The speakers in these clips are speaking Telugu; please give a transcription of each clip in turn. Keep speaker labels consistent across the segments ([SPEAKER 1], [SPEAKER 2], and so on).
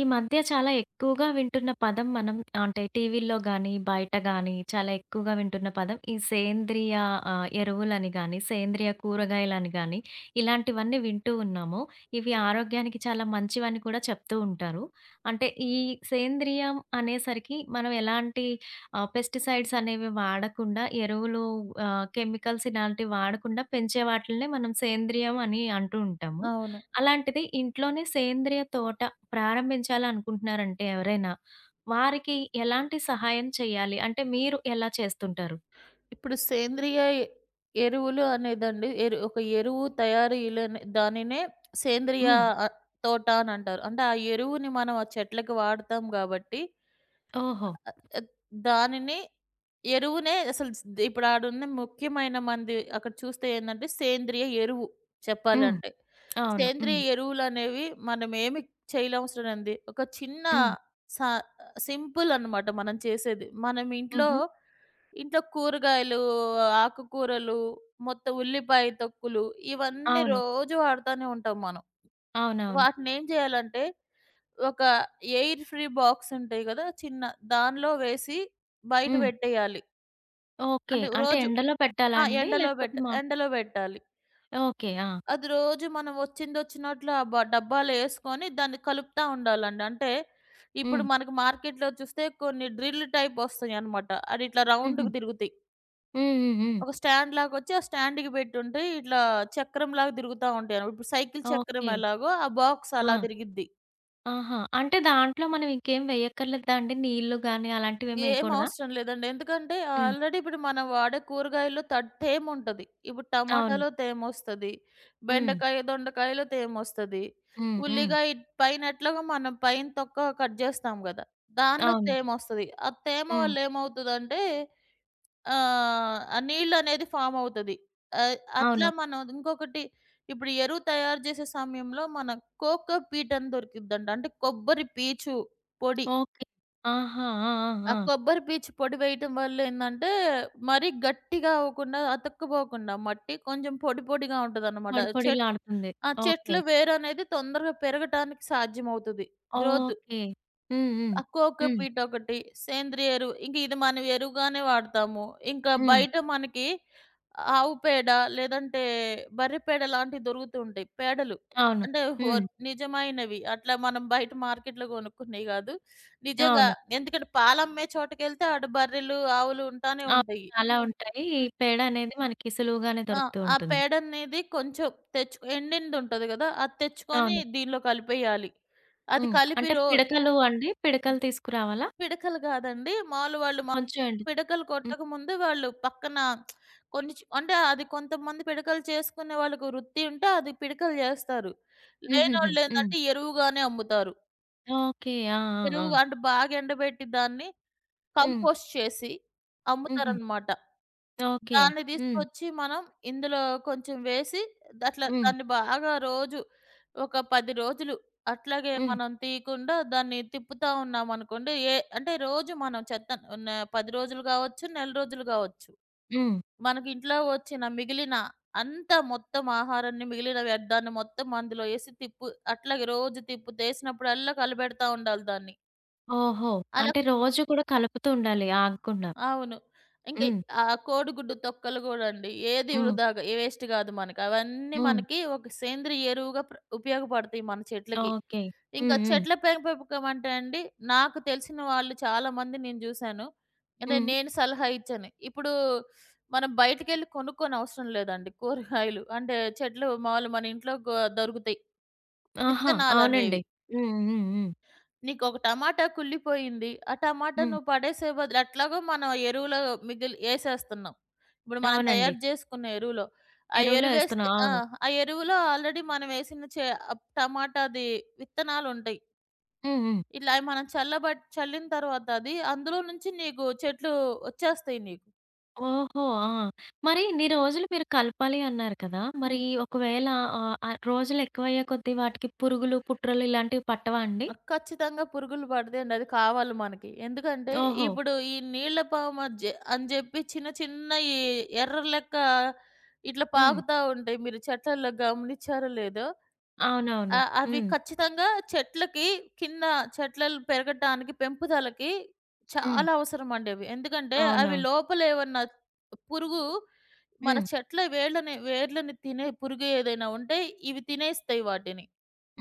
[SPEAKER 1] ఈ మధ్య చాలా ఎక్కువగా వింటున్న పదం మనం అంటే టీవీల్లో గానీ, బయట గానీ చాలా ఎక్కువగా వింటున్న పదం ఈ సేంద్రియ ఎరువులని గానీ, సేంద్రియ కూరగాయలని గానీ, ఇలాంటివన్నీ వింటూ ఉన్నాము. ఇవి ఆరోగ్యానికి చాలా మంచివని కూడా చెప్తూ ఉంటారు. అంటే ఈ సేంద్రియం అనేసరికి మనం ఎలాంటి పెస్టిసైడ్స్ అనేవి వాడకుండా ఎరువులు కెమికల్స్ ఇలాంటివి వాడకుండా పెంచే వాటిల్నే మనం సేంద్రియం అని అంటూ ఉంటాము.
[SPEAKER 2] అవును.
[SPEAKER 1] అలాంటిది ఇంట్లోనే సేంద్రియ తోట ప్రారంభించాలనుకుంటున్నారంటే ఎవరైనా, వారికి ఎలాంటి సహాయం చేయాలి? అంటే మీరు ఎలా చేస్తుంటారు?
[SPEAKER 2] ఇప్పుడు సేంద్రియ ఎరువులు అనేదండి ఒక ఎరువు తయారీలోనే దానినే సేంద్రియ
[SPEAKER 1] హ్మ్.
[SPEAKER 2] ఆహ్, తోట అనంటారు. అంటే ఆ ఎరువుని మనం ఆ చెట్లకి వాడతాం గాబట్టి
[SPEAKER 1] ఓహో!
[SPEAKER 2] ఆహ్, దానిని ఎరువునే అసలు ఇప్పుడు ఆడున్న ముఖ్యమైన మంది అక్కడ చూస్తే ఏందంటే సేంద్రియ ఎరువు
[SPEAKER 1] హ్మ్.
[SPEAKER 2] చెప్పాలంటే.
[SPEAKER 1] అవును.
[SPEAKER 2] సేంద్రియ
[SPEAKER 1] హ్మ్.
[SPEAKER 2] ఎరువులనేవి మనమేమి చేయనవసరం ఉంది. ఒక చిన్న
[SPEAKER 1] హ్మ్.
[SPEAKER 2] సా సింపుల్ అన్నమాట మనం చేసేది. మనం ఇంట్లో
[SPEAKER 1] హుహు.
[SPEAKER 2] ఇంట్లో కూరగాయలు, ఆకుకూరలు, మొత్తం ఉల్లిపాయ తొక్కులు ఇవన్నీ
[SPEAKER 1] అవును.
[SPEAKER 2] రోజు వాడతానే ఉంటాం మనం.
[SPEAKER 1] అవునవును.
[SPEAKER 2] వాటినేం చేయాలంటే ఒక ఎయిర్ ఫ్రీ బాక్స్ ఉంటాయి గదా! చిన్న దానిలో వేసి బయట
[SPEAKER 1] హ్మ్.
[SPEAKER 2] పెట్టేయాలి.
[SPEAKER 1] ఓకే.
[SPEAKER 2] అంటే
[SPEAKER 1] అంటే
[SPEAKER 2] రోజు
[SPEAKER 1] ఎండలో పెట్టాలా
[SPEAKER 2] ఆ!
[SPEAKER 1] అండి? లేకపోతే మా
[SPEAKER 2] ఎండలో బెట్టాలి.
[SPEAKER 1] ఓకే. ఆ!
[SPEAKER 2] అది రోజు మనం వచ్చిందొచ్చినట్లు ఆ డబ్బాలో యేసుకొని దాన్ని కలుపుతా ఉండాలండి. అంటే ఇప్పుడు
[SPEAKER 1] హ్మ్.
[SPEAKER 2] మనకు మార్కెట్‌లో చూస్తే కొన్ని డ్రిల్ టైప్ వస్తాయన్నమాట. అది ఇట్లా
[SPEAKER 1] హుహు.
[SPEAKER 2] రౌండ్‌కి తిరుగుతాయి.
[SPEAKER 1] హ్మ్. హ్మ్. హ్మ్.
[SPEAKER 2] ఒక స్టాండ్ లాగొచ్చి ఆ స్టాండ్‌కి పెట్టుంటే ఇట్లా చక్రంలాగా తిరుగుతా ఉంటాయనమాట. ఇప్పుడు సైకిల్ చక్రం
[SPEAKER 1] ఓకే.
[SPEAKER 2] ఎలాగో ఆ బాక్స్ అలా
[SPEAKER 1] ఆ!
[SPEAKER 2] తిరిగిద్ది.
[SPEAKER 1] ఆహా! అంటే దాంట్లో మనం ఇంకేం వేయక్కర్లేదా అండి? నీళ్ళు గాని అలాంటివేమి
[SPEAKER 2] ఏం
[SPEAKER 1] వేయకూడదా?
[SPEAKER 2] అవసరం లేదండి. ఎందుకంటే
[SPEAKER 1] హ్మ్.
[SPEAKER 2] ఆల్రెడీ ఇప్పుడు మనం వాడే కూరగాయల్లో తేముంటది. ఇప్పుడు
[SPEAKER 1] అవును.
[SPEAKER 2] టమాటాలో తేమొస్తది.
[SPEAKER 1] హ్మ్.
[SPEAKER 2] బెండకాయ, దొండకాయలో తేమొస్తది.
[SPEAKER 1] హ్మ్. హ్మ్.
[SPEAKER 2] ఉల్లిగాయ పైన ఎట్లాగో మనం పైన తొక్క కట్ జేస్తాం గదా! దానిలో
[SPEAKER 1] అవును.
[SPEAKER 2] తేమొస్తది. ఆ తేమ
[SPEAKER 1] హ్మ్.
[SPEAKER 2] వల్ల ఏమవుతదంటే ఆ నీళ్ళనేది ఫామ్ అవుతది. ఆహ్,
[SPEAKER 1] అవును.
[SPEAKER 2] అట్లా మనం ఇంకొకటి ఇప్పుడు ఎరువు తయారు చేసే సమయంలో మన కోకో పీట్ అని దొరికిద్దండి. అంటే కొబ్బరి పీచు పొడి.
[SPEAKER 1] ఓకే. ఆహా! ఆ! ఆ!
[SPEAKER 2] ఆ
[SPEAKER 1] ఆ!
[SPEAKER 2] కొబ్బరి పీచు పొడి వేయటం వల్ల ఏందంటే, మరీ గట్టిగా అవ్వకుండా, అతుక్కుపోకుండా మట్టి కొంచెం పొడి పొడిగా ఉంటదనమాట.
[SPEAKER 1] పొడి
[SPEAKER 2] చెట్
[SPEAKER 1] పొడిలాడుతుంది.
[SPEAKER 2] ఆ చెట్ల
[SPEAKER 1] ఓకే.
[SPEAKER 2] వేరనేది తొందరగా పెరగటానికి సాధ్యమవుతది. గ్రోత్.
[SPEAKER 1] ఓకే. హ్మ్. హ్మ్.
[SPEAKER 2] ఆ
[SPEAKER 1] హ్మ్.
[SPEAKER 2] కోకోపీట్ ఒకటి, సేంద్రియ ఎరువు. ఇంక ఇది మనం ఎరువుగానే వాడతాము. ఇంకా
[SPEAKER 1] హ్మ్.
[SPEAKER 2] బయట మనకి ఆవు పేడ లేదంటే బర్రె పేడ లాంటివి దొరుకుతూ ఉంటాయి. పేడలు.
[SPEAKER 1] అవును.
[SPEAKER 2] అంటే ఒ
[SPEAKER 1] హ్మ్.
[SPEAKER 2] నిజమైనవి. అట్లా మనం బయట మార్కెట్‌లో కొనుక్కున్నయి గాదు. నిజంగా
[SPEAKER 1] అవును.
[SPEAKER 2] ఎందుకంటే పాలమ్మే చోటకెళ్తే ఆడ బర్రెలు, ఆవులు ఉంటానే
[SPEAKER 1] అవును.
[SPEAKER 2] ఉంటయి.
[SPEAKER 1] చాలా ఉంటాయి. ఈ
[SPEAKER 2] హ్మ్.
[SPEAKER 1] పేడ అనేది మనకి సులువుగానే
[SPEAKER 2] ఆ!
[SPEAKER 1] దొరుకుతూ
[SPEAKER 2] ఆ
[SPEAKER 1] ఉంటుంది.
[SPEAKER 2] పేడ అనేది కొంచెం ఎండిందుంటది గదా! అది తెచ్చుకొని
[SPEAKER 1] అవును.
[SPEAKER 2] దీనిలో కలిపేయాలి. అది
[SPEAKER 1] హ్మ్.
[SPEAKER 2] కలిపి
[SPEAKER 1] అంటే
[SPEAKER 2] రో
[SPEAKER 1] పిడకలు అండి? పిడకలు తీసుకురావాలా?
[SPEAKER 2] పిడకలు గాదండి. మాములు వాళ్ళు మా
[SPEAKER 1] కొంచెం అండి.
[SPEAKER 2] పిడకలు
[SPEAKER 1] హ్మ్.
[SPEAKER 2] కొట్టకముందే వాళ్ళు పక్కన కొన్ని చ్ అంటే అది కొంతమంది పిడకలు చేసుకునే వాళ్ళకి వృత్తి ఉంటే అది పిడకలు జేస్తారు.
[SPEAKER 1] హుహుహు. హ్మ్.
[SPEAKER 2] లేనోళ్ళేందంటే ఎరువుగానే అమ్ముతారు.
[SPEAKER 1] ఓకే. ఆ! ఆ! ఆ!
[SPEAKER 2] ఎరువుగా అంటే బాగా ఎండబెట్టి దాన్ని
[SPEAKER 1] హ్మ్.
[SPEAKER 2] కంపోస్ట్ చేసి
[SPEAKER 1] హుహు.
[SPEAKER 2] అమ్ముతారనమాట.
[SPEAKER 1] ఓకే.
[SPEAKER 2] దాన్ని
[SPEAKER 1] హ్మ్.
[SPEAKER 2] తీసుకొచ్చి మనం ఇందులో కొంచెం వేసి అట్లా
[SPEAKER 1] హ్మ్.
[SPEAKER 2] దాన్ని బాగా రోజు ఒక 10 రోజులు అట్లాగే
[SPEAKER 1] హ్మ్.
[SPEAKER 2] మనం తీయకుండా దాన్ని తిప్పుతా ఉన్నామనుకోండి, అంటే రోజు మనం చెత్త న 10 రోజులు కావచ్చు, నెల రోజులు కావచ్చు.
[SPEAKER 1] హ్మ్.
[SPEAKER 2] మనకి ఇంట్లో వచ్చిన మిగిలిన అంతా మొత్తం ఆహారాన్ని మిగిలిన వ్యర్థాన్ని మొత్తం అందులో ఏసి తిప్పు అట్లాగే రోజు తిప్పుతేసినప్పుడల్లా కలబెడతా ఉండాలి దాన్ని.
[SPEAKER 1] ఓహో!
[SPEAKER 2] అలా
[SPEAKER 1] అంటే రోజు కూడా కలుపుతూ ఉండాలి ఆగకుండా.
[SPEAKER 2] అవును. ఇంక
[SPEAKER 1] హ్మ్.
[SPEAKER 2] ఆ కోడిగుడ్డు తొక్కలు గూడండి. ఏది
[SPEAKER 1] హ్మ్.
[SPEAKER 2] వృధాగా ఏ వేస్ట్ గాదు మనకి. అవన్నీ
[SPEAKER 1] హ్మ్.
[SPEAKER 2] మనకి ఒక సేంద్రియ ఎరువుగా ఉపయోగపడతాయి మన చెట్లకి.
[SPEAKER 1] ఓకే.
[SPEAKER 2] ఇంకా
[SPEAKER 1] హ్మ్. హ్మ్.
[SPEAKER 2] చెట్ల పెంపకం అంటే అండి, నాకు తెలిసిన వాళ్ళు చాలామంది నేను జూశాను. అంటే
[SPEAKER 1] హ్మ్.
[SPEAKER 2] నేను సలహా ఇచ్చాను. ఇప్పుడు మనం బయటికెళ్ళి కొనుక్కోని అవసరం లేదండి కూరగాయలు. అంటే చెట్లు మాములు మన ఇంట్లో దొరుకుతాయి.
[SPEAKER 1] ఆహా! అవునండి.
[SPEAKER 2] విత్తనాలనేవి.
[SPEAKER 1] హ్మ్. హ్మ్. హ్మ్.
[SPEAKER 2] నీకొక టమాటా కుళ్ళిపోయింది. ఆ టమాటా
[SPEAKER 1] హ్మ్.
[SPEAKER 2] నువ్వు పడేసే బదులు ఎట్లాగో మనం ఎరువులో మిగిలి ఏసేస్తున్నాం. ఇప్పుడు మనం
[SPEAKER 1] అవునండి.
[SPEAKER 2] తయారు జేసుకున్న ఎరువులో. ఆ
[SPEAKER 1] ఎరువులో ఏస్తున్నాం.
[SPEAKER 2] ఎరువేస్తే ఆ!
[SPEAKER 1] అవును.
[SPEAKER 2] ఆ ఎరువులో ఆల్రెడీ మనమేసిన చే టమాటాది విత్తనాలుంటయి.
[SPEAKER 1] హ్మ్. హ్మ్.
[SPEAKER 2] ఇలా మనం చల్లిన తర్వాత అది అందులో నుంచి నీకు చెట్లు వచ్చేస్తాయి నీకు.
[SPEAKER 1] ఓహో! ఆ! మరి ఇన్ని రోజులు మీరు కలపాలి అన్నారు కదా! మరి
[SPEAKER 2] హ్మ్.
[SPEAKER 1] ఒకవేళ ఆహ్, ఆహ్, రోజులు ఎక్కువయ్యే కొద్దీ వాటికి పురుగులు, పుట్రలు ఇలాంటివి పట్టవా అండి?
[SPEAKER 2] ఆ! ఖచ్చితంగా పురుగులు పడతాయండి. అది కావాలి మనకి. ఎందుకంటే,
[SPEAKER 1] ఓహో!
[SPEAKER 2] ఇప్పుడు ఈ నీళ్ల పాము అని జె అని జెప్పి చిన్న చిన్నయి ఎర్ర లెక్క ఇట్లా
[SPEAKER 1] హ్మ్.
[SPEAKER 2] పాకుతా ఉంటాయి. మీరు చెట్లల్లో గమనిచ్చారో లేదో.
[SPEAKER 1] అవునవును.
[SPEAKER 2] ఆ! అవి
[SPEAKER 1] హ్మ్.
[SPEAKER 2] ఖచ్చితంగా చెట్లకి కింద చెట్లలు పెరగటానికి, పెంపుదలకి
[SPEAKER 1] హ్మ్.
[SPEAKER 2] చాలా అవసరమండి అవి. ఎందుకంటే, అవి
[SPEAKER 1] అవునవును.
[SPEAKER 2] లోపల ఏమన్నా పురుగు మన
[SPEAKER 1] హ్మ్.
[SPEAKER 2] చెట్ల వేర్లని తినే పురుగు ఏదైనా ఉంటే, ఇవి తినేస్తాయి వాటిని.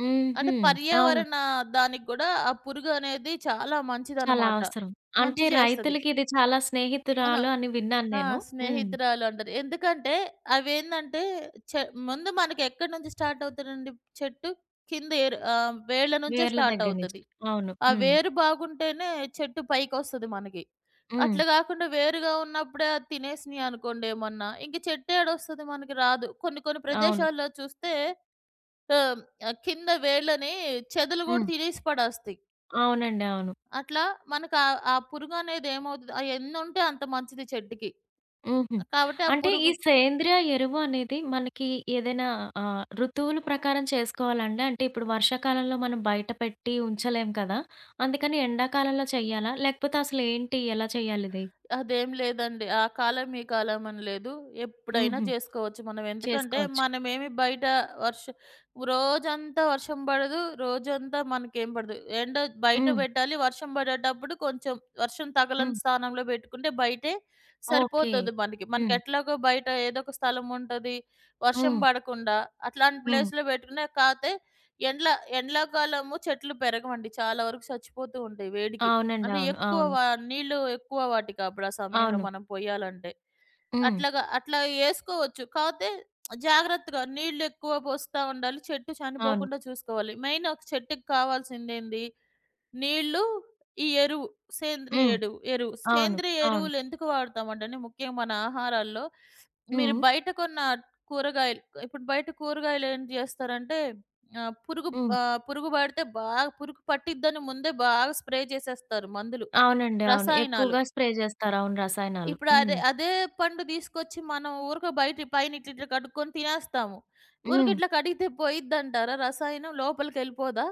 [SPEAKER 1] హుహు.
[SPEAKER 2] అంటే
[SPEAKER 1] అవును.
[SPEAKER 2] దానికి గూడా ఆ పురుగు అనేది చాలా
[SPEAKER 1] చాలా
[SPEAKER 2] మంచిదనమాట.
[SPEAKER 1] అవసరం. అంటే
[SPEAKER 2] మంచి చేస్తది.
[SPEAKER 1] రైతులకి ఇది చాలా
[SPEAKER 2] అహా!
[SPEAKER 1] స్నేహితురాలు అని విన్నాను
[SPEAKER 2] ఆ!
[SPEAKER 1] నేను. హ్మ్.
[SPEAKER 2] స్నేహితురాలు అంటారు. ఎందుకంటే అవేందంటే చె ముందు మనకెక్కడి నుంచి స్టార్ట్ అవుతదండి చెట్టు? కింద వేళ్ళ నుంచే
[SPEAKER 1] వేర్ల
[SPEAKER 2] స్టార్ట్
[SPEAKER 1] దగ్గర నుంచి.
[SPEAKER 2] అవుతది.
[SPEAKER 1] అవును.
[SPEAKER 2] ఆ
[SPEAKER 1] హ్మ్.
[SPEAKER 2] వేరు బాగుంటేనే చెట్టు పైకొస్తది మనకి.
[SPEAKER 1] హ్మ్.
[SPEAKER 2] అట్లా గాకుండా వేరుగా ఉన్నప్పుడే అది తినేసినియి అనుకోండి ఏమన్నా, ఇంక చెట్టు ఏడొస్తది మనకి రాదు. కొన్ని కొన్ని
[SPEAKER 1] అవును.
[SPEAKER 2] ప్రదేశాల్లో చూస్తే ఆహ్, కింద వేళ్ళని చెదలు గూడా
[SPEAKER 1] హ్మ్.
[SPEAKER 2] తినేసి పడేస్తాయి.
[SPEAKER 1] అవునండి. అవును.
[SPEAKER 2] అట్లా మనకు ఆ ఆ పురుగనేది ఏమవుతది ఎన్నుంటే అంత మంచిది చెట్టుకి.
[SPEAKER 1] హుహు.
[SPEAKER 2] కాబట్టి ఆ
[SPEAKER 1] అంటే ఈ
[SPEAKER 2] పురుగు
[SPEAKER 1] సేంద్రియ ఎరువు అనేది మనకి ఏదైనా ఋతువుల ప్రకారం చేసుకోవాలండి? అంటే ఇప్పుడు వర్షాకాలంలో మనం బయట పెట్టి ఉంచలేం కదా! అందుకని ఎండాకాలంలో చెయ్యాలా? లేకపోతే అసలు ఏంటి? ఎలా చేయాలిది?
[SPEAKER 2] అదేం లేదండి. ఆ కాలం, ఈ కాలం అని లేదు. ఎప్పుడైనా
[SPEAKER 1] హుహు.
[SPEAKER 2] జేసుకోవచ్చు మనం. ఎందుకంటే,
[SPEAKER 1] చేసుకోవచ్చు.
[SPEAKER 2] మనమేమి బయట వర్ష రోజంతా వర్షం బడదు, రోజంతా మనకేం పడదు. ఎండ బయట
[SPEAKER 1] హ్మ్.
[SPEAKER 2] బెట్టాలి, వర్షం బడేటప్పుడు కొంచెం వర్షం
[SPEAKER 1] హ్మ్.
[SPEAKER 2] తగలని స్థానంలో బెట్టుకుంటే బయటే
[SPEAKER 1] ఓకే.
[SPEAKER 2] సరిపోతది మనకి.
[SPEAKER 1] హ్మ్.
[SPEAKER 2] మనకెట్లాగో బయట ఏదో ఒక స్థలం ఉంటది, వర్షం
[SPEAKER 1] హ్మ్.
[SPEAKER 2] బడకుండా. అట్లాంటి
[SPEAKER 1] హ్మ్.
[SPEAKER 2] ప్లేస్‌లో బెట్టుకున్నా కాతే ఎండ్ల ఎండ్లాకాలము చెట్లు పెరగవండి. చాలా వరకు చచ్చిపోతూ ఉంటాయి వేడికి.
[SPEAKER 1] అవునండి.
[SPEAKER 2] అంటే
[SPEAKER 1] అవును.
[SPEAKER 2] ఎక్కువ
[SPEAKER 1] అవును.
[SPEAKER 2] వ నీళ్ళు ఎక్కువ వాటికి అప్పుడు ఆ సమయంలో
[SPEAKER 1] అవును.
[SPEAKER 2] మనం పొయ్యాలంటే.
[SPEAKER 1] హ్మ్.
[SPEAKER 2] అట్లాగా అట్లా యేసుకోవచ్చు. కాపోతే జాగ్రత్తగా నీళ్ళు ఎక్కువ పోస్తా ఉండాలి. చెట్టు
[SPEAKER 1] అవును.
[SPEAKER 2] చనిపోకుండా చూసుకోవాలి. మెయిన్ ఒక చెట్టుకి కావాల్సిందేంది? నీళ్ళు, ఈ ఎరువు. సేంద్రియ
[SPEAKER 1] హ్మ్.
[SPEAKER 2] ఎరువు.
[SPEAKER 1] అవును.
[SPEAKER 2] సేంద్రియ
[SPEAKER 1] అవును.
[SPEAKER 2] ఎరువులు ఎందుకు వాడతామంటేనే ముఖ్యంగా మన ఆహారాల్లో
[SPEAKER 1] హ్మ్.
[SPEAKER 2] మీరు
[SPEAKER 1] హ్మ్.
[SPEAKER 2] బయట కొన్న కూరగాయలు ఇప్పుడు బయట కూరగాయలు ఏం చేస్తారంటే ఆహ్, పురుగు
[SPEAKER 1] హ్మ్.
[SPEAKER 2] పురుగు పడితే బాగా పురుగు పట్టిద్దని ముందే బాగా స్ప్రే చేసేస్తారు మందులు,
[SPEAKER 1] అవునండి. అవును.
[SPEAKER 2] రసాయనాలు.
[SPEAKER 1] ఎక్కువగా స్ప్రే జేస్తారు. అవును. రసాయనాలు.
[SPEAKER 2] ఇప్పుడు
[SPEAKER 1] హ్మ్.
[SPEAKER 2] అదే అదే పండు తీసుకొచ్చి మనం ఊరక బయట పైన ఇట్లా ఇట్లా కడుక్కొని తినేస్తాము. ఊరికే
[SPEAKER 1] హ్మ్.
[SPEAKER 2] ఇట్లా కడిగితే పోయిద్దంటారా రసాయనం లోపలికెళ్ళిపోదా?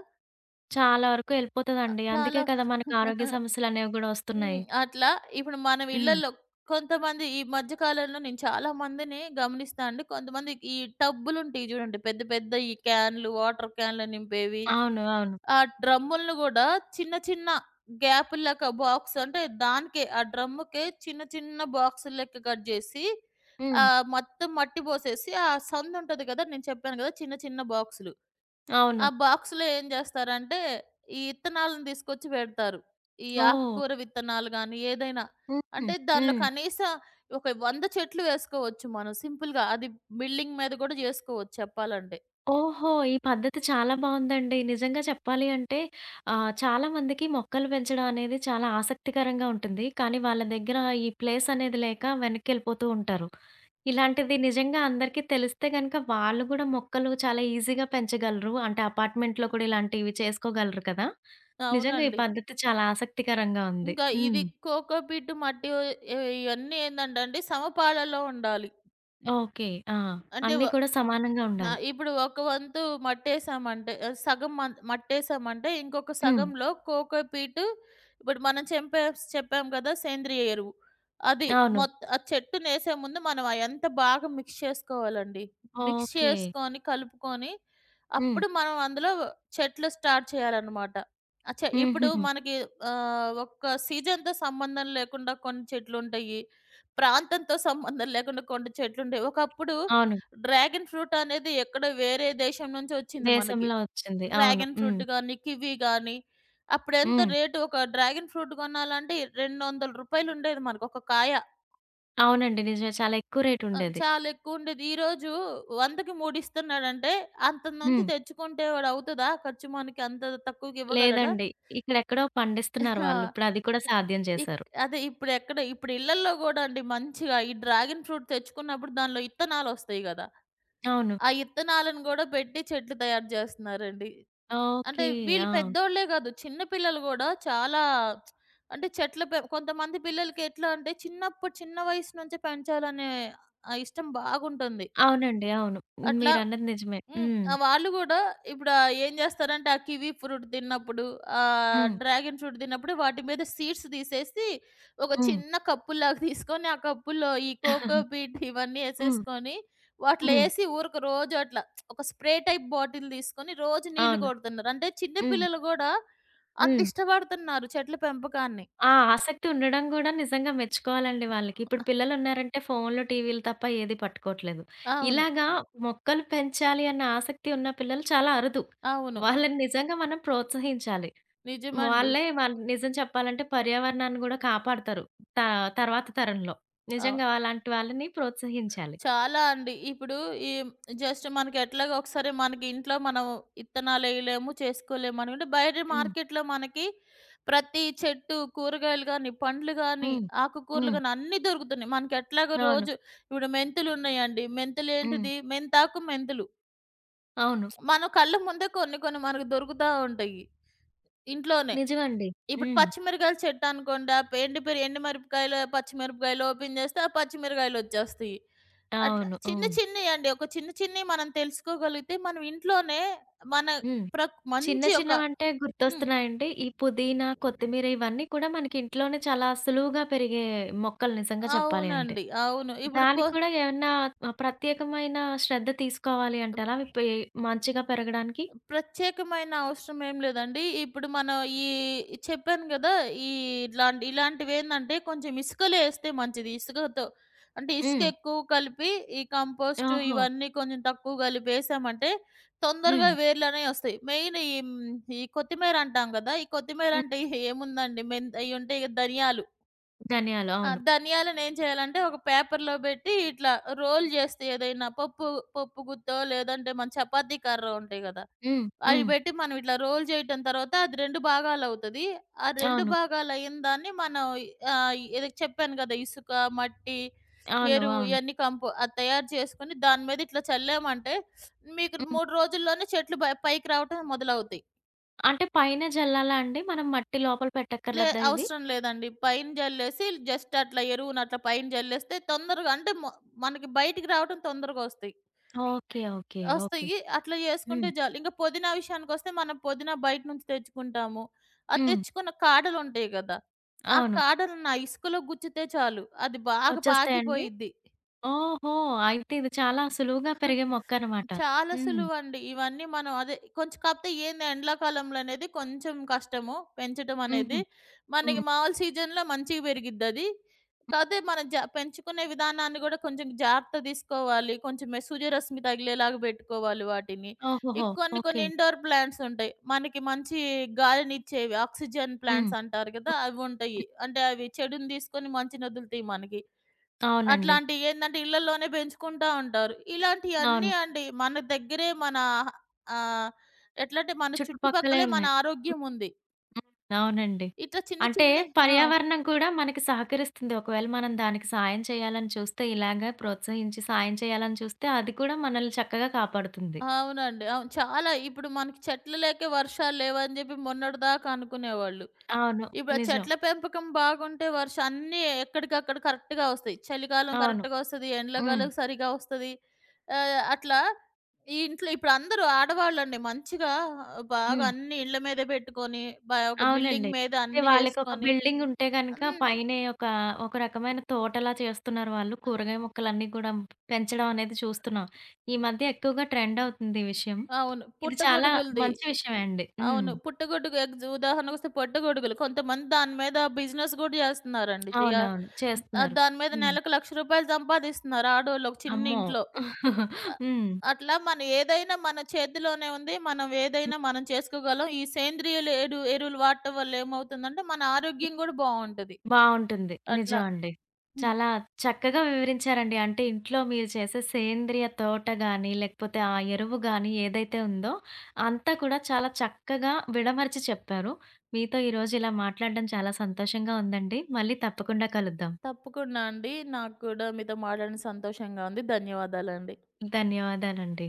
[SPEAKER 1] చాలా వరకు ఎళ్ళిపోతదండి. అందుకే
[SPEAKER 2] చాలా
[SPEAKER 1] కదా! మనకు ఆరోగ్య సమస్యలనేవి గూడా
[SPEAKER 2] హ్మ్.
[SPEAKER 1] ఒస్తున్నాయి.
[SPEAKER 2] అట్లా ఇప్పుడు మనం
[SPEAKER 1] హ్మ్.
[SPEAKER 2] ఇళ్ళల్లో కొంతమంది ఈ మధ్య కాలంలో నేను చాలా మందిని గమనిస్తా అండి. కొంతమంది ఈ టబ్బులుంటాయి జూడండి. పెద్ద పెద్ద ఈ క్యాన్‌లు, వాటర్ క్యాన్‌లు నింపేవి.
[SPEAKER 1] అవును. అవును.
[SPEAKER 2] ఆ డ్రమ్ములను గూడా చిన్న చిన్న గ్యాప్ లెక్క బాక్స్ అంటే దానికే ఆ డ్రమ్ముకే చిన్న చిన్న బాక్స్ లెక్క కట్ జేసి
[SPEAKER 1] హ్మ్.
[SPEAKER 2] మొత్తం మట్టి బోసేసి ఆ సందుంటది గదా! నేను చెప్పాను గదా! చిన్న చిన్న బాక్సులు.
[SPEAKER 1] అవును.
[SPEAKER 2] ఆ బాక్స్‌లో ఏం జేస్తారంటే, ఈ ఇత్తనాలను తీసుకొచ్చి పెడతారు. ఈ
[SPEAKER 1] ఓహ్!
[SPEAKER 2] ఆకుకూర విత్తనాలు గానీ, ఏదైనా.
[SPEAKER 1] హుహు.
[SPEAKER 2] అంటే దానిలో
[SPEAKER 1] హ్మ్.
[SPEAKER 2] కనీసం ఒక 100 చెట్లు వేసుకోవచ్చు మనం సింపుల్‌గా. అది బిల్డింగ్ మీద గూడా జేసుకోవచ్చు చెప్పాలంటే.
[SPEAKER 1] ఓహో! ఈ పద్ధతి చాలా బావుందండి. నిజంగా చెప్పాలి అంటే చాలామందికి మొక్కలు పెంచడం అనేది చాలా ఆసక్తికరంగా ఉంటుంది. కానీ వాళ్ళ దగ్గర ఈ ప్లేస్ అనేది లేక వెనక్కెళ్ళిపోతూ ఉంటారు. ఇలాంటిది నిజంగా అందరికీ తెలిస్తే గనక వాళ్ళు గూడా మొక్కలు చాలా ఈజీగా పెంచగలరు. అంటే అపార్ట్‌మెంట్‌లో కూడా ఇలాంటివి చేసుకోగలరు కదా! నిజంగా ఈ
[SPEAKER 2] అవునండి.
[SPEAKER 1] పద్ధతి చాలా ఆసక్తికరంగా ఉంది.
[SPEAKER 2] ఇంకా ఇది
[SPEAKER 1] హ్మ్.
[SPEAKER 2] కోకోపీట్ మట్టి ఇయన్నీ ఏందంటండి సమపాలలో ఉండాలి.
[SPEAKER 1] ఓకే. ఆ!
[SPEAKER 2] అంటే
[SPEAKER 1] అన్నీ
[SPEAKER 2] వ
[SPEAKER 1] కూడా సమానంగా
[SPEAKER 2] ఆ!
[SPEAKER 1] ఉండాలి.
[SPEAKER 2] ఇప్పుడు ఒక వంతు మట్టేసామంటే సగం మట్టేసామంటే ఇంకొక
[SPEAKER 1] హ్మ్.
[SPEAKER 2] సగంలో కోకో పీటు ఇప్పుడు మనం చెప్పాం కదా! సేంద్రియ ఎరువు. అది
[SPEAKER 1] అవును.
[SPEAKER 2] ఆ చెట్టునేసే ముందు మనం అయంతా బాగా మిక్స్ చేసుకోవాలండి. Mix
[SPEAKER 1] okay.
[SPEAKER 2] చేసుకొని, కలుపుకొని
[SPEAKER 1] హ్మ్.
[SPEAKER 2] అప్పుడు మనం అందులో చెట్లు స్టార్ట్ చేయాలనమాట. ఆ చె ఇప్పుడు
[SPEAKER 1] హుహుహు.
[SPEAKER 2] మనకి ఒక్క సీజన్‌తో సంబంధం లేకుండా కొన్ని చెట్లుంటయి. ప్రాంతంతో సంబంధం లేకుండా కొన్ని చెట్లుంటయి. ఒకప్పుడు
[SPEAKER 1] అవును.
[SPEAKER 2] డ్రాగన్ ఫ్రూట్ అనేది ఎక్కడో వేరే దేశం నుంచి వచ్చింది మనకి.
[SPEAKER 1] దేశంలో ఒచ్చింది. అవును.
[SPEAKER 2] డ్రాగన్
[SPEAKER 1] హ్మ్.
[SPEAKER 2] ఫ్రూట్ గానీ, కివి గానీ, అప్పుడెంత
[SPEAKER 1] హ్మ్.
[SPEAKER 2] రేటు ఒక డ్రాగన్ ఫ్రూట్ కొనాలంటే రూ. 200 ఉండేది మనకు ఒక కాయ.
[SPEAKER 1] అవునండి. నిజమే. చాలా ఎక్కువ రేట్
[SPEAKER 2] ఆ!
[SPEAKER 1] ఉండేది.
[SPEAKER 2] చాలా ఎక్కువుండేది. ఈరోజు 100కి 3 ఇస్తున్నాడంటే అంత నుంచి
[SPEAKER 1] హ్మ్.
[SPEAKER 2] తెచ్చుకుంటే వాడు అవుతదా? ఖర్చు మనకి అంత తక్కువకి ఇవ్వగలడా?
[SPEAKER 1] లేదండి. ఇక్కడెక్కడో పండిస్తున్నారు
[SPEAKER 2] ఆ!
[SPEAKER 1] వాళ్ళు. ఇప్పుడది కూడా సాధ్యం
[SPEAKER 2] ఇక్
[SPEAKER 1] చేశారు.
[SPEAKER 2] అదే ఇప్పుడెక్కడ ఇప్పుడు ఇళ్ళల్లో గూడా అండి మంచిగా ఈ డ్రాగన్ ఫ్రూట్ తెచ్చుకున్నప్పుడు దానిలో ఇత్తనాలొస్తాయి గదా!
[SPEAKER 1] అవును.
[SPEAKER 2] ఆ ఇత్తనాలను గూడా పెట్టి చెట్లు తయారు జేస్తున్నారండి.
[SPEAKER 1] ఓకే.
[SPEAKER 2] అంటే వీళ్ళు
[SPEAKER 1] ఆ!
[SPEAKER 2] పెద్దోళ్ళే కాదు. చిన్న పిల్లలు గూడా చాలా అంటే చెట్ల పె కొంతమంది పిల్లలకి ఎట్లా అంటే చిన్నప్పుడు చిన్న వయసు నుంచే పెంచాలనే ఆ ఇష్టం బాగుంటుంది.
[SPEAKER 1] అవునండి. అవును.
[SPEAKER 2] అట్లా
[SPEAKER 1] మీరన్నది నిజమే.
[SPEAKER 2] హ్మ్.
[SPEAKER 1] హ్మ్.
[SPEAKER 2] ఆ! వాళ్ళు గూడా ఇప్పుడు ఏం జేస్తారంటే, ఆ కివి ఫ్రూట్ తిన్నప్పుడు,
[SPEAKER 1] హ్మ్.
[SPEAKER 2] డ్రాగన్ ఫ్రూట్ తిన్నప్పుడు వాటి మీద సీడ్స్ తీసేసి, ఒక
[SPEAKER 1] హ్మ్.
[SPEAKER 2] చిన్న కప్పులాగా తీసుకొని, ఆ కప్పులో ఈ కోకో పీట్ ఇవన్నీ
[SPEAKER 1] హ్మ్.
[SPEAKER 2] యేసేసుకొని, వాటిలో
[SPEAKER 1] హ్మ్.
[SPEAKER 2] యేసి ఊరక రోజు అట్లా ఒక స్ప్రే టైప్ బాటిల్ తీసుకొని రోజు నీళ్లు
[SPEAKER 1] అవును.
[SPEAKER 2] కొడుతున్నారు. అంటే చిన్న
[SPEAKER 1] హ్మ్.
[SPEAKER 2] పిల్లలు గూడా అంత
[SPEAKER 1] హ్మ్.
[SPEAKER 2] ఇష్టపడుతున్నారు చెట్ల పెంపకాన్ని.
[SPEAKER 1] ఆ! ఆసక్తి ఉండడం గూడా నిజంగా మెచ్చుకోవాలండి వాళ్ళకి. ఇప్పుడు పిల్లలున్నారంటే ఫోన్‌లు, టీవీలు తప్ప ఏది పట్టుకోవట్లేదు.
[SPEAKER 2] అవును.
[SPEAKER 1] ఇలాగా మొక్కలు పెంచాలి అన్న ఆసక్తి ఉన్న పిల్లలు చాలా అరుదు.
[SPEAKER 2] అవును.
[SPEAKER 1] వాళ్ళని నిజంగా మనం ప్రోత్సహించాలి.
[SPEAKER 2] నిజమండి.
[SPEAKER 1] వాళ్ళే వాళ్ళు నిజం చెప్పాలంటే పర్యావరణాన్ని గూడా కాపాడతారు. త తర్వాత తరంలో.
[SPEAKER 2] అవును.
[SPEAKER 1] నిజంగా అలాంటి వాళ్ళని ప్రోత్సహించాలి.
[SPEAKER 2] చాలా అండి. ఇప్పుడు ఈ జస్ట్ మనకెట్లాగో ఒకసారి మనకి ఇంట్లో మనం ఇత్తనాలేయలేము, చేసుకోలేము అనుకుంటే, బయట
[SPEAKER 1] హ్మ్.
[SPEAKER 2] మార్కెట్‌లో మనకి ప్రతి చెట్టు, కూరగాయలు గానీ, పండ్లు గానీ,
[SPEAKER 1] హ్మ్.
[SPEAKER 2] ఆకుకూరలు
[SPEAKER 1] హ్మ్.
[SPEAKER 2] గానీ అన్నీ దొరుకుతున్నాయి. మనకెట్లాగో
[SPEAKER 1] అవును.
[SPEAKER 2] రోజు ఇప్పుడు మెంతులున్నాయండి.
[SPEAKER 1] హ్మ్.
[SPEAKER 2] మెంతులేంటిది? మెంతాకు, మెంతులు.
[SPEAKER 1] అవును.
[SPEAKER 2] మనం కళ్ళ ముందే కొన్ని కొన్ని మనకు దొరుకుతా ఉంటాయి ఇంట్లోనే.
[SPEAKER 1] నిజమండి.
[SPEAKER 2] ఇప్పుడు
[SPEAKER 1] హ్మ్.
[SPEAKER 2] పచ్చిమిరకాయల చెట్టనుకోండి. ఆ పె ఎండి పెరి ఎండు మిరపకాయలు, పచ్చిమిరపకాయలు ఓపెన్ జేస్తే ఆ పచ్చిమిరకాయలొచ్చేస్తయి. అట్లా
[SPEAKER 1] అవును.
[SPEAKER 2] చిన్న
[SPEAKER 1] హ్మ్.
[SPEAKER 2] చిన్నయండి. ఒక చిన్న చిన్నయి మనం తెలుసుకోగలిగితే మనం ఇంట్లోనే మన
[SPEAKER 1] హ్మ్. చిన్న
[SPEAKER 2] మంచి ఒక
[SPEAKER 1] చిన్నవంటే
[SPEAKER 2] హ్మ్.
[SPEAKER 1] గుర్తొస్తున్నాయండి. ఈ పుదీనా, కొత్తిమీర ఇవన్నీ కూడా మనకి ఇంట్లోనే చాలా సులువుగా పెరిగే మొక్కలు నిజంగా చెప్పాలి అంటే.
[SPEAKER 2] అవునండి. అవును. ఇప్పుడు
[SPEAKER 1] దానికి కూడా ఏమన్నా ప్రత్యేకమైన శ్రద్ధ తీసుకోవాలి అంటారా? అవి పె మంచిగా పెరగడానికి?
[SPEAKER 2] ప్రత్యేకమైన అవసరం ఏం లేదండి. ఇప్పుడు మనం ఈ చెప్పాను గదా! ఈ ఇలాంటివేందంటే కొంచెం ఇసుకలో ఏస్తే మంచిది. ఇసుకతో అంటే ఇసుక
[SPEAKER 1] హ్మ్.
[SPEAKER 2] ఎక్కువ కలిపి ఈ కంపోస్టు
[SPEAKER 1] ఓహో!
[SPEAKER 2] ఇవన్నీ కొంచెం తక్కువ కలిపి ఏసామంటే తొందరగా
[SPEAKER 1] హ్మ్.
[SPEAKER 2] వేర్లనేయి ఒస్తాయి. మెయిన్ ఈ హ్మ్, ఈ కొత్తిమీర అంటాం గదా! ఈ కొత్తిమీర
[SPEAKER 1] హ్మ్.
[SPEAKER 2] అంటే ఏముందండి అయ్యుంటాయి గదా! ధనియాలు.
[SPEAKER 1] ధనియాలు.
[SPEAKER 2] ఆ!
[SPEAKER 1] అవును.
[SPEAKER 2] ధనియాలనేం చేయాలంటే ఒక పేపర్‌లో బెట్టి ఇట్లా రోల్ జేస్తే ఏదైనా పప్పు పప్పు గుత్తో లేదంటే మన చపాతీ కర్ర ఉంటాయి గదా!
[SPEAKER 1] హ్మ్.
[SPEAKER 2] అవి
[SPEAKER 1] హ్మ్.
[SPEAKER 2] బెట్టి మనం ఇట్లా రోల్ చేయటం తర్వాత అది 2 భాగాలవుతది. ఆ 2
[SPEAKER 1] అవును.
[SPEAKER 2] భాగాలయిన దాన్ని మనం ఏదో చెప్పాను గదా! ఇసుక, మట్టి,
[SPEAKER 1] అవును.
[SPEAKER 2] ఎరువు
[SPEAKER 1] అవును.
[SPEAKER 2] ఇయన్నీ అది తయారు చేసుకొని దాని మీద ఇట్లా చల్లామంటే మీకు
[SPEAKER 1] హ్మ్.
[SPEAKER 2] 3 రోజుల్లోనే చెట్లు పైకి రావటం మొదలవుతాయి.
[SPEAKER 1] అంటే పైన జల్లాలా అండి? మనం మట్టి లోపల పెట్టక్కర్లేదా ఇవి?
[SPEAKER 2] అవసరం లేదండి. పైన జల్లేసి జస్ట్ అట్లా ఎరువునట్లా పైన జల్లేస్తే తొందరగా అంటే మనకి బయటికి రావటం తొందరగొస్తాయి.
[SPEAKER 1] ఓకే. ఓకే. ఓకే.
[SPEAKER 2] ఒస్తయి. అట్లా జేసుకుంటే
[SPEAKER 1] హ్మ్.
[SPEAKER 2] చాలు. ఇంక పుదీనా విషయానికొస్తే మనం పుదీనా బయట నుంచి తెచ్చుకుంటాము. ఆ
[SPEAKER 1] హ్మ్.
[SPEAKER 2] తెచ్చుకున్న కాడలుంటాయి గదా! ఆ
[SPEAKER 1] అవును.
[SPEAKER 2] కాడలను ఆ ఇసుకలో గుచ్చితే చాలు. అది బాగా
[SPEAKER 1] వచ్చేస్తాయండి?
[SPEAKER 2] పాకిపోయిద్ది.
[SPEAKER 1] ఓహో! అయితే ఇది చాలా సులువుగా పెరిగే మొక్కనమాట.
[SPEAKER 2] చాలా
[SPEAKER 1] హ్మ్.
[SPEAKER 2] సులువండి. ఇవన్నీ మనం అదే కొంచెం కాకపోతే ఏంది ఎండాకాలంలో అనేది కొంచెం కష్టము పెంచడం
[SPEAKER 1] హుహు.
[SPEAKER 2] అనేది. మనకి
[SPEAKER 1] హ్మ్.
[SPEAKER 2] మామూలు సీజన్‌లో మంచిగా పెరిగిద్దది. కాతే మనం పెంచుకునే విధానాన్ని గూడా కొంచెం జాగ్రత్త తీసుకోవాలి. కొంచెం సూర్యరశ్మి తగిలేలాగా పెట్టుకోవాలి వాటిని. ఈ
[SPEAKER 1] ఓహోహో!
[SPEAKER 2] కొన్ని
[SPEAKER 1] ఓకే.
[SPEAKER 2] కొన్ని ఇండోర్ ప్లాంట్స్ ఉంటాయి. మనకి మంచి గాలినిచ్చేవి ఆక్సిజన్
[SPEAKER 1] హ్మ్.
[SPEAKER 2] ప్లాంట్స్ అంటారు గదా!
[SPEAKER 1] హ్మ్.
[SPEAKER 2] అవుంటాయి. అంటే అవి చెడుని తీసుకొని మంచిని వదులుతాయి మనకి.
[SPEAKER 1] అవునండి.
[SPEAKER 2] అట్లాంటియేందంటే ఇళ్ళల్లోనే పెంచుకుంటా ఉంటారు. ఇలాంటియన్నీ
[SPEAKER 1] అవును.
[SPEAKER 2] అండి మన దగ్గరే మన ఆహ్, ఎట్లంటే మన
[SPEAKER 1] చుట్టుపక్కలే
[SPEAKER 2] చుట్టుపక్కలే మన
[SPEAKER 1] ఉన్నాయి. హ్మ్.
[SPEAKER 2] ఆరోగ్యం ఉంది.
[SPEAKER 1] హ్మ్. అవునండి.
[SPEAKER 2] ఇట్లా చిన్న
[SPEAKER 1] అంటే
[SPEAKER 2] చిన్నయి ఆ!
[SPEAKER 1] పర్యావరణం కూడా మనకి సహకరిస్తుంది. ఒకవేళ మనం దానికి సాయం చేయాలని చూస్తే ఇలాగ ప్రోత్సహించి సాయం చేయాలని చూస్తే అది కూడా మనల్ని చక్కగా కాపాడుతుంది.
[SPEAKER 2] అవునండి. అవును. చాలా ఇప్పుడు మనకి చెట్లు లేకే వర్షాలు లేవని జెప్పి మొన్నటిదాకా అనుకునేవాళ్ళు.
[SPEAKER 1] అవును.
[SPEAKER 2] ఇప్పుడు ఆ
[SPEAKER 1] నిజం.
[SPEAKER 2] చెట్ల పెంపకం బాగుంటే వర్షం అన్నీ ఎక్కడికక్కడ కరెక్ట్‌గా వస్తాయి. చలికాలం
[SPEAKER 1] అవును.
[SPEAKER 2] కరెక్ట్‌గా వస్తది.
[SPEAKER 1] హ్మ్.
[SPEAKER 2] ఎండ్లకాలం సరిగా వస్తది. అట్లా ఈ ఇంట్లో ఇప్పుడు అందరూ ఆడవాళ్ళండి మంచిగా బాగా
[SPEAKER 1] హ్మ్.
[SPEAKER 2] అన్ని ఇళ్ళ మీద పెట్టుకొని, ఒక
[SPEAKER 1] అవునండి.
[SPEAKER 2] బిల్డింగ్ మీద
[SPEAKER 1] అంటే
[SPEAKER 2] అన్నీ
[SPEAKER 1] వాళ్ళకొక
[SPEAKER 2] చేసుకొని
[SPEAKER 1] బిల్డింగ్ ఉంటే గనక
[SPEAKER 2] హ్మ్.
[SPEAKER 1] పైనే ఒక, ఒక రకమైన తోటలా చేస్తున్నారు వాళ్ళు. కూరగాయ మొక్కలన్నీ కూడా పెంచడం అనేది చూస్తున్నాం. ఈ మధ్య ఎక్కువగా ట్రెండ్ అవుతుంది ఈ విషయం.
[SPEAKER 2] అవును.
[SPEAKER 1] ఇది చాలా
[SPEAKER 2] పుట్టగొడుగులది.
[SPEAKER 1] మంచి విషయమే అండి. హ్మ్.
[SPEAKER 2] అవును. పుట్టగొడుగు ఎగ్జ్ ఉదాహరణకొస్తే పుట్టగొడుగులు. కొంతమంది దాని మీద బిజినెస్ గూడా జేస్తున్నారండి.
[SPEAKER 1] అవునవును. చేస్తున్నారు.
[SPEAKER 2] దాని మీద
[SPEAKER 1] హ్మ్.
[SPEAKER 2] నెలకు రూ. 1,00,000 సంపాదిస్తున్నారు ఆడోళ్ళు ఒక చిన్న
[SPEAKER 1] అమ్మో!
[SPEAKER 2] ఇంట్లో. అ
[SPEAKER 1] హ్మ్.
[SPEAKER 2] అట్లా మన ఏదైనా మన చేతిలోనే ఉంది. మనం ఏదైనా మనం చేసుకోగలం. ఈ సేంద్రియులు ఎడు ఎరువులు వాడటం వల్ల ఏమవుతుందంటే, మన ఆరోగ్యం గూడా బావుంటది.
[SPEAKER 1] బావుంటుంది.
[SPEAKER 2] అట్లా.
[SPEAKER 1] నిజమండి.
[SPEAKER 2] హ్మ్.
[SPEAKER 1] చాలా చక్కగా వివరించారండి. అంటే ఇంట్లో మీరు చేసే సేంద్రియ తోట గాని, లేకపోతే ఆ ఎరువు గాని ఏదైతే ఉందో అంతా కూడా చాలా చక్కగా విడమరిచి చెప్పారు. మీతో ఈరోజు ఇలా మాట్లాడడం చాలా సంతోషంగా ఉందండి. మళ్ళీ తప్పకుండా కలుద్దాం.
[SPEAKER 2] తప్పకుండా అండి. నాకు కూడా మీతో మాట్లాడిన సంతోషంగా ఉంది. ధన్యవాదాలండి.
[SPEAKER 1] ధన్యవాదాలండి.